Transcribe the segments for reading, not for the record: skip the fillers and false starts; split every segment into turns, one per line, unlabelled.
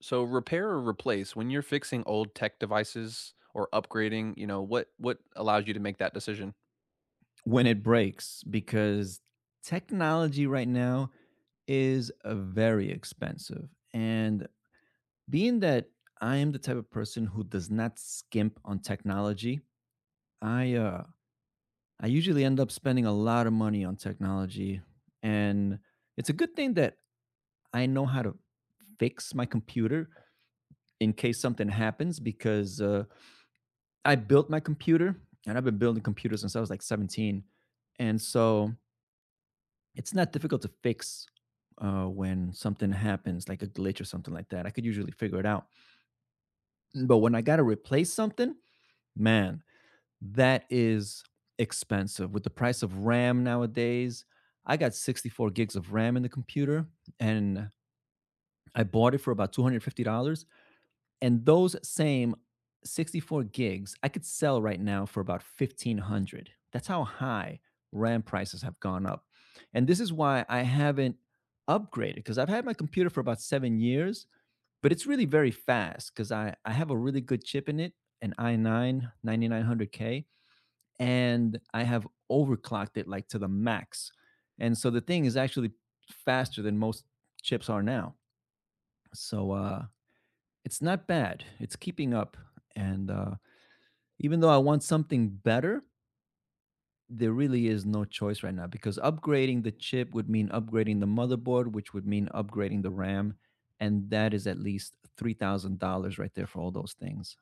So repair or replace when you're fixing old tech devices or upgrading, you know, what allows you to make that decision?
When it breaks because technology right now is very expensive. And being that I am the type of person who does not skimp on technology, I uh, I usually end up spending a lot of money on technology, and it's a good thing that I know how to fix my computer in case something happens because I built my computer, and I've been building computers since I was like 17. And so it's not difficult to fix when something happens, like a glitch or something like that. I could usually figure it out. But when I got to replace something, man, that is expensive. With the price of RAM nowadays, I got 64 gigs of RAM in the computer, and I bought it for about $250. And those same 64 gigs I could sell right now for about 1500. That's how high RAM prices have gone up. And this is why I haven't upgraded, because I've had my computer for about 7 years, but it's really very fast cuz I have a really good chip in it, an i9 9900K, and I have overclocked it like to the max. And so the thing is actually faster than most chips are now. So it's not bad. It's keeping up. And even though I want something better, there really is no choice right now, because upgrading the chip would mean upgrading the motherboard, which would mean upgrading the RAM. And that is at least $3,000 right there for all those things.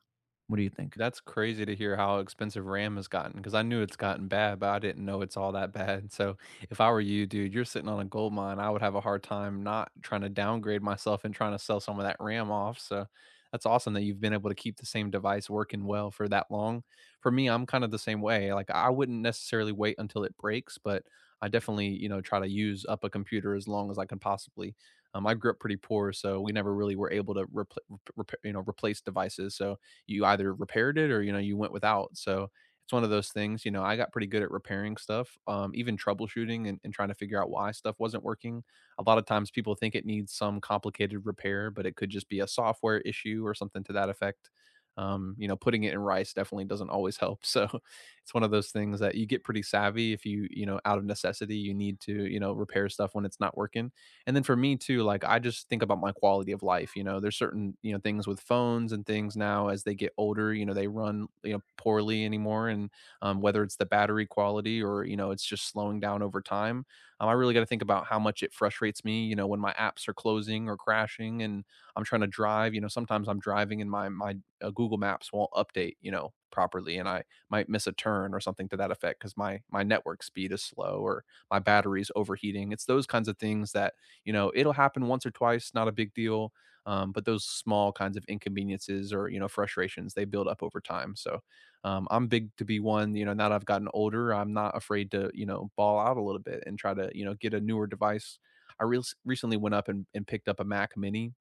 What do you think?
That's crazy to hear how expensive RAM has gotten, because I knew it's gotten bad, but I didn't know it's all that bad. So, if I were you, dude, you're sitting on a gold mine. I would have a hard time not trying to downgrade myself and trying to sell some of that RAM off. So, that's awesome that you've been able to keep the same device working well for that long. For me, I'm kind of the same way. Like, I wouldn't necessarily wait until it breaks, but I definitely, you know, try to use up a computer as long as I can possibly. I grew up pretty poor, so we never really were able to you know, replace devices. So, you either repaired it or you know you went without. So it's one of those things. You know, I got pretty good at repairing stuff, even troubleshooting and trying to figure out why stuff wasn't working. A lot of times, people think it needs some complicated repair, but it could just be a software issue or something to that effect. You know, putting it in rice definitely doesn't always help. So it's one of those things that you get pretty savvy if you, you know, out of necessity, you need to, you know, repair stuff when it's not working. And then for me too, like I just think about my quality of life. You know, there's certain, you know, things with phones and things now as they get older, you know, they run, you know, poorly anymore. And whether it's the battery quality or, you know, it's just slowing down over time. I really got to think about how much it frustrates me, you know, when my apps are closing or crashing and I'm trying to drive, you know, sometimes I'm driving and my Google Maps won't update, you know, properly and I might miss a turn or something to that effect because my network speed is slow or my battery's overheating. It's those kinds of things that you know it'll happen once or twice, not a big deal, but those small kinds of inconveniences or you know frustrations they build up over time. So I'm big to be one, you know, now that I've gotten older, I'm not afraid to, you know, ball out a little bit and try to, you know, get a newer device. Recently went up and picked up a Mac Mini.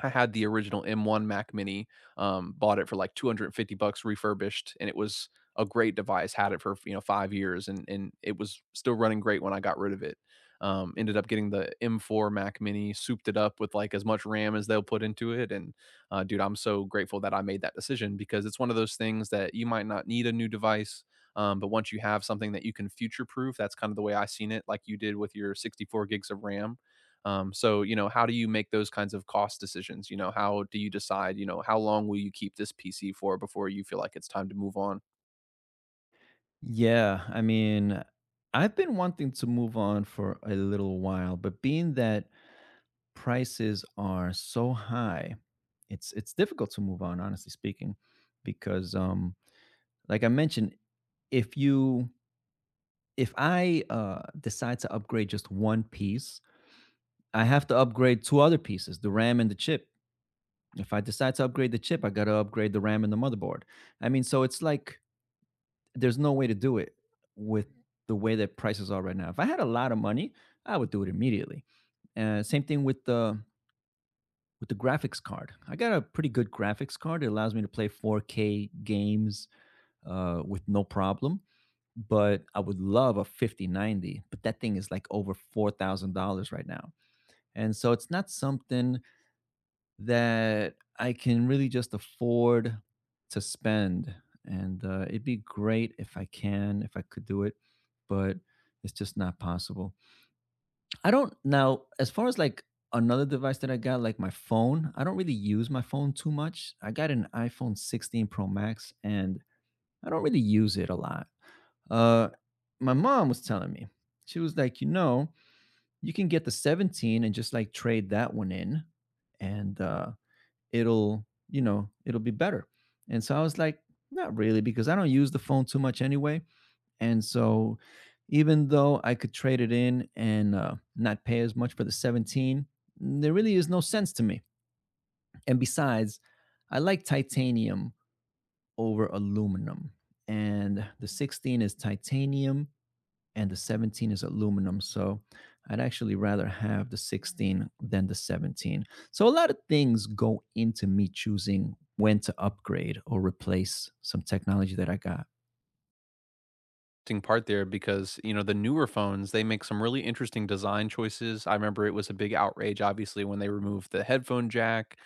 I had the original M1 Mac Mini, bought it for like $250 refurbished, and it was a great device. Had it for you know 5 years, and it was still running great when I got rid of it. Ended up getting the M4 Mac Mini, souped it up with like as much RAM as they'll put into it, and dude, I'm so grateful that I made that decision because it's one of those things that you might not need a new device. But once you have something that you can future proof, that's kind of the way I seen it, like you did with your 64 gigs of RAM. So, you know, how do you make those kinds of cost decisions? You know, how do you decide, you know, how long will you keep this PC for before you feel like it's time to move on?
Yeah, I mean, I've been wanting to move on for a little while, but being that prices are so high, it's difficult to move on, honestly speaking, because like I mentioned, if you if I decide to upgrade just one piece, I have to upgrade two other pieces, the RAM and the chip. If I decide to upgrade the chip, I got to upgrade the RAM and the motherboard. I mean, so it's like there's no way to do it with the way that prices are right now. If I had a lot of money, I would do it immediately. Same thing with the graphics card. I got a pretty good graphics card. It allows me to play 4K games with no problem. But I would love a 5090, but that thing is like over $4,000 right now. And so it's not something that I can really just afford to spend. And it'd be great if I can, if I could do it, but it's just not possible. I don't now, as far as like another device that I got, like my phone, I don't really use my phone too much. I got an iPhone 16 Pro Max, and I don't really use it a lot. Uh, my mom was telling me, she was like, you know, you can get the 17 and just like trade that one in, and it'll, you know, it'll be better. And so I was like, not really, because I don't use the phone too much anyway. And so even though I could trade it in and not pay as much for the 17, there really is no sense to me. And besides, I like titanium over aluminum. And the 16 is titanium and the 17 is aluminum. So I'd actually rather have the 16 than the 17. So a lot of things go into me choosing when to upgrade or replace some technology that I got.
Ting part there because, you know, the newer phones, they make some really interesting design choices. I remember it was a big outrage, obviously, when they removed the headphone jack.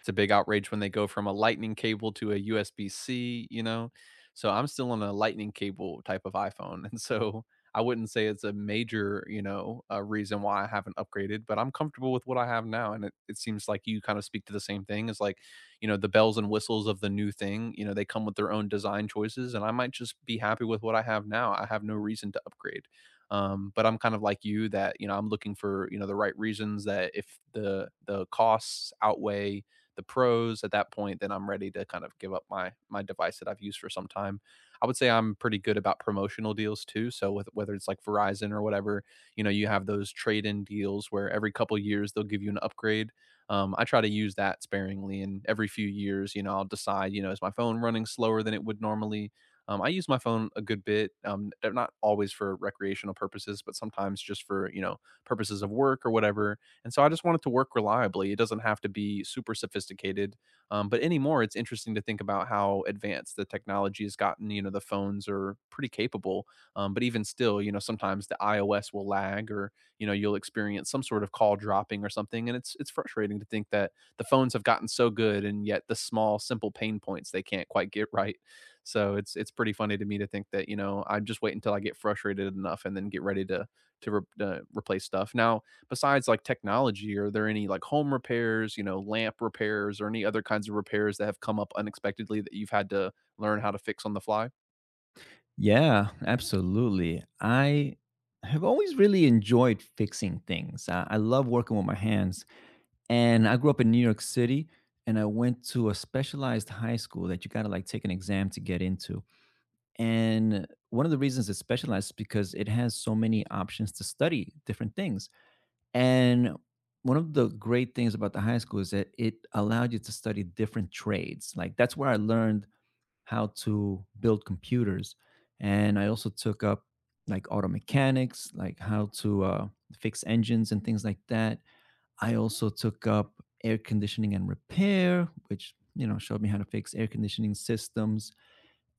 It's a big outrage when they go from a lightning cable to a USB-C, you know? So I'm still on a lightning cable type of iPhone. And so I wouldn't say it's a major, you know, reason why I haven't upgraded, but I'm comfortable with what I have now. And it seems like you kind of speak to the same thing as like, you know, the bells and whistles of the new thing, you know, they come with their own design choices, and I might just be happy with what I have now. I have no reason to upgrade. But I'm kind of like you that, you know, I'm looking for, you know, the right reasons that if the costs outweigh the pros at that point, then I'm ready to kind of give up my device that I've used for some time. I would say I'm pretty good about promotional deals too, so with whether it's like Verizon or whatever, you know, you have those trade in deals where every couple years they'll give you an upgrade. I try to use that sparingly. And every few years, you know, I'll decide, you know, is my phone running slower than it would normally? I use my phone a good bit, not always for recreational purposes, but sometimes just for, you know, purposes of work or whatever. And so I just want it to work reliably. It doesn't have to be super sophisticated. But anymore, it's interesting to think about how advanced the technology has gotten. You know, the phones are pretty capable, but even still, you know, sometimes the iOS will lag or you know you'll experience some sort of call dropping or something, and it's frustrating to think that the phones have gotten so good and yet the small simple pain points they can't quite get right. So it's pretty funny to me to think that, you know, I just wait until I get frustrated enough and then get ready to replace stuff now. Besides like technology, are there any like home repairs, you know, lamp repairs or any other kinds of repairs that have come up unexpectedly that you've had to learn how to fix on the fly?
Yeah, absolutely. I have always really enjoyed fixing things. I love working with my hands. And I grew up in New York City, and I went to a specialized high school that you got to like take an exam to get into. And one of the reasons it's specialized is because it has so many options to study different things. And one of the great things about the high school is that it allowed you to study different trades. Like that's where I learned how to build computers. And I also took up like auto mechanics, like how to fix engines and things like that. I also took up air conditioning and repair, which, you know, showed me how to fix air conditioning systems.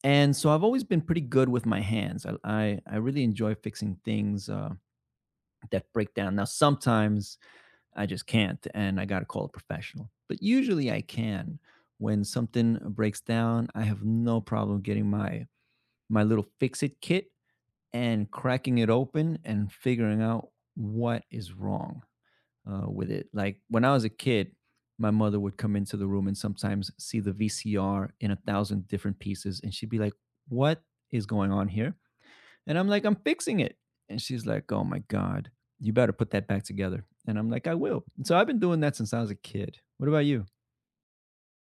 And so I've always been pretty good with my hands. I really enjoy fixing things that break down. Now sometimes I just can't, and I got to call a professional. But usually I can. When something breaks down, I have no problem getting my little fix it kit and cracking it open and figuring out what is wrong with it. Like when I was a kid, my mother would come into the room and sometimes see the VCR in 1,000 different pieces, and she'd be like, "What is going on here?" And I'm like, "I'm fixing it," and she's like, "Oh my god, you better put that back together." And I'm like, "I will." And so I've been doing that since I was a kid. What about you?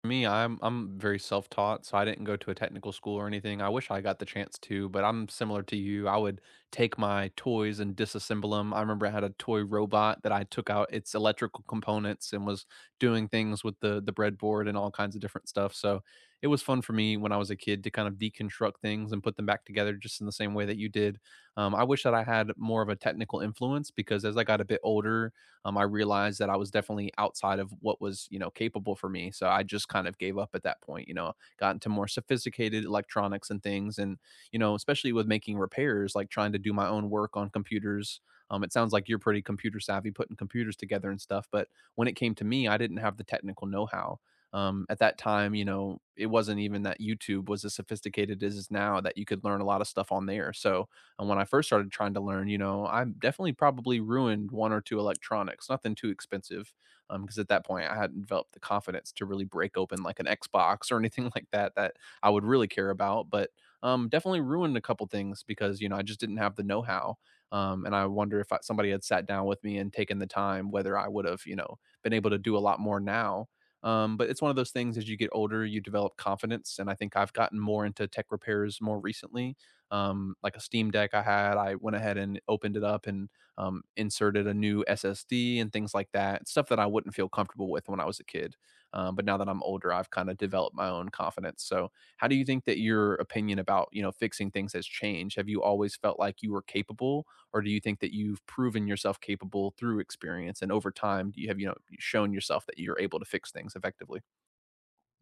Me, I'm very self-taught, so I didn't go to a technical school or anything. I wish I got the chance to, but I'm similar to you. I would take my toys and disassemble them. I remember I had a toy robot that I took out its electrical components and was doing things with the breadboard and all kinds of different stuff. So it was fun for me when I was a kid to kind of deconstruct things and put them back together just in the same way that you did. I wish that I had more of a technical influence because as I got a bit older, I realized that I was definitely outside of what was, you know, capable for me. So I just kind of gave up at that point, you know, got into more sophisticated electronics and things. And, you know, especially with making repairs, like trying to do my own work on computers. It sounds like you're pretty computer savvy, putting computers together and stuff. But when it came to me, I didn't have the technical know how. At that time, you know, it wasn't even that YouTube was as sophisticated as it is now that you could learn a lot of stuff on there. So and when I first started trying to learn, you know, I definitely probably ruined one or two electronics, nothing too expensive. Because at that point I hadn't developed the confidence to really break open like an Xbox or anything like that that I would really care about. But definitely ruined a couple things because, you know, I just didn't have the know how. And I wonder if I, somebody had sat down with me and taken the time, whether I would have, you know, been able to do a lot more now. But it's one of those things, as you get older, you develop confidence. And I think I've gotten more into tech repairs more recently. Like a Steam Deck I had. I went ahead and opened it up and inserted a new SSD and things like that. Stuff that I wouldn't feel comfortable with when I was a kid. But now that I'm older, I've kind of developed my own confidence. So, how do you think that your opinion about, you know, fixing things has changed? Have you always felt like you were capable, or do you think that you've proven yourself capable through experience and over time? Do you have, you know, shown yourself that you're able to fix things effectively?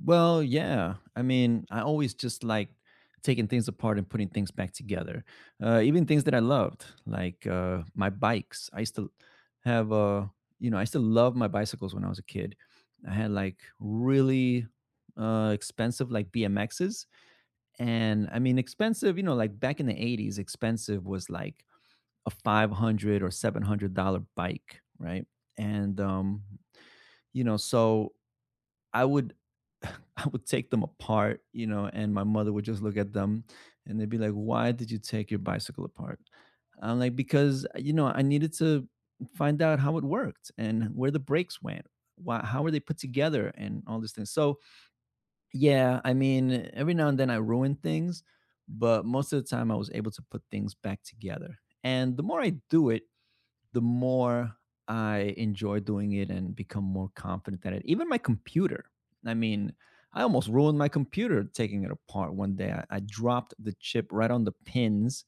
Well, yeah. I mean, I always just like taking things apart and putting things back together. Even things that I loved, like my bikes. I used to have, you know, I used to love my bicycles when I was a kid. I had like really expensive like BMXs, and I mean expensive. You know, like back in the '80s, expensive was like a five hundred or seven hundred dollar bike, right? And you know, so I would I would take them apart, you know, and my mother would just look at them and they'd be like, "Why did you take your bicycle apart?" I'm like, "Because, you know, I needed to find out how it worked and where the brakes went. Why, how were they put together and all these things." So, yeah, I mean, every now and then I ruin things, but most of the time I was able to put things back together. And the more I do it, the more I enjoy doing it and become more confident at it. Even my computer. I mean, I almost ruined my computer taking it apart one day. I dropped the chip right on the pins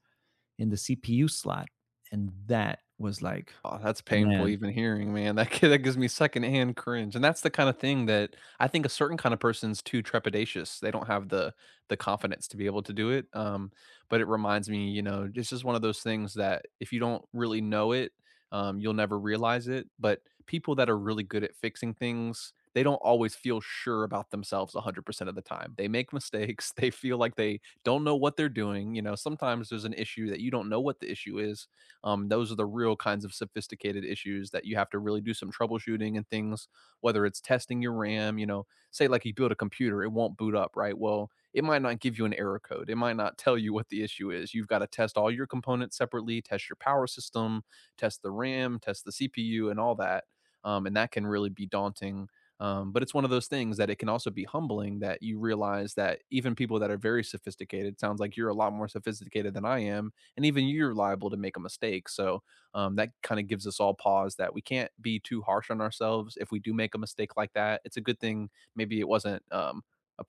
in the CPU slot. And that was like,
Oh, that's painful
man,
even hearing, man. That gi that gives me secondhand cringe, and that's the kinda thing that I think a certain kind of person's too trepidatious. They don't have the confidence to be able to do it, but it reminds me, you know, this is one of those things that if you don't really know it, you'll never realize it, but people that are really good at fixing things, they don't always feel sure about themselves 100% of the time. They make mistakes, they feel like they don't know what they're doing, you know, sometimes there's an issue that you don't know what the issue is. Those are the real kinds of sophisticated issues that you have to really do some troubleshooting and things, whether it's testing your RAM, you know, say like you build a computer, it won't boot up, right? Well, it might not give you an error code. It might not tell you what the issue is. You've got to test all your components separately, test your power system, test the RAM, test the CPU, and all that. And that can really be daunting. But it's one of those things that it can also be humbling, that you realize that even people that are very sophisticated, sounds like you're a lot more sophisticated than I am, and even you're liable to make a mistake. So that kind of gives us all pause that we can't be too harsh on ourselves. If we do make a mistake like that, it's a good thing. Maybe it wasn't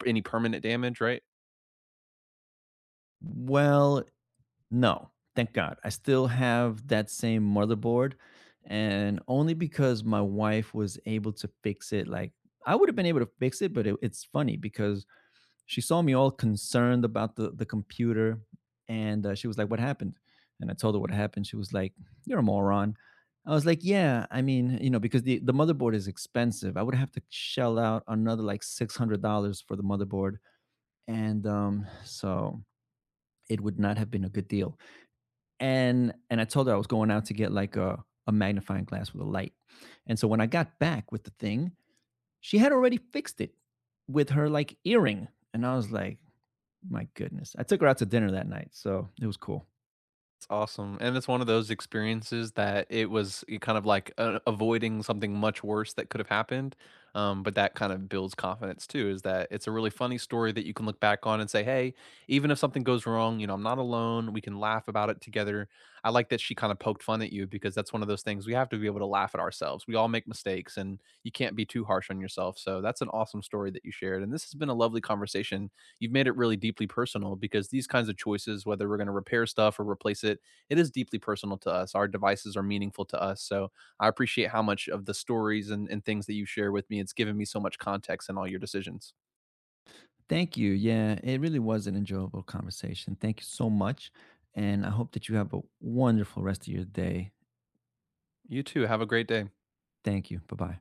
any permanent damage, right?
well, no, thank God. I still have that same motherboard. And only because my wife was able to fix it, like, I would have been able to fix it, but it's funny because she saw me all concerned about the computer, and she was like, what happened? And I told her what happened. She was like, you're a moron. I was like, yeah, I mean, you know, because the motherboard is expensive. I would have to shell out another like $600 for the motherboard, and so it would not have been a good deal. And I told her I was going out to get like a magnifying glass with a light, and so when I got back with the thing, she had already fixed it with her like earring. And I was like, my goodness. I took her out to dinner that night, so it was cool.
It's awesome, and it's one of those experiences that it was, you kind of like, avoiding something much worse that could have happened, but that kind of builds confidence too, is that it's a really funny story that you can look back on and say, "Hey, even if something goes wrong, you know, I'm not alone, we can laugh about it together." I like that she kinda poked fun at you because that's one of those things we have to be able to laugh at ourselves. We all make mistakes, and you can't be too harsh on yourself, so that's an awesome story that you shared, and this has been a lovely conversation. You've made it really deeply personal because these kinds of choices, whether we're going to repair stuff or replace it, it is deeply personal to us. Our devices are meaningful to us. So I appreciate how much of the stories and things that you share with me. It's given me so much context in all your decisions.
Thank you. Yeah, it really was an enjoyable conversation. Thank you so much. And I hope that you have a wonderful rest of your day.
You too. Have a great day.
Thank you. Bye bye.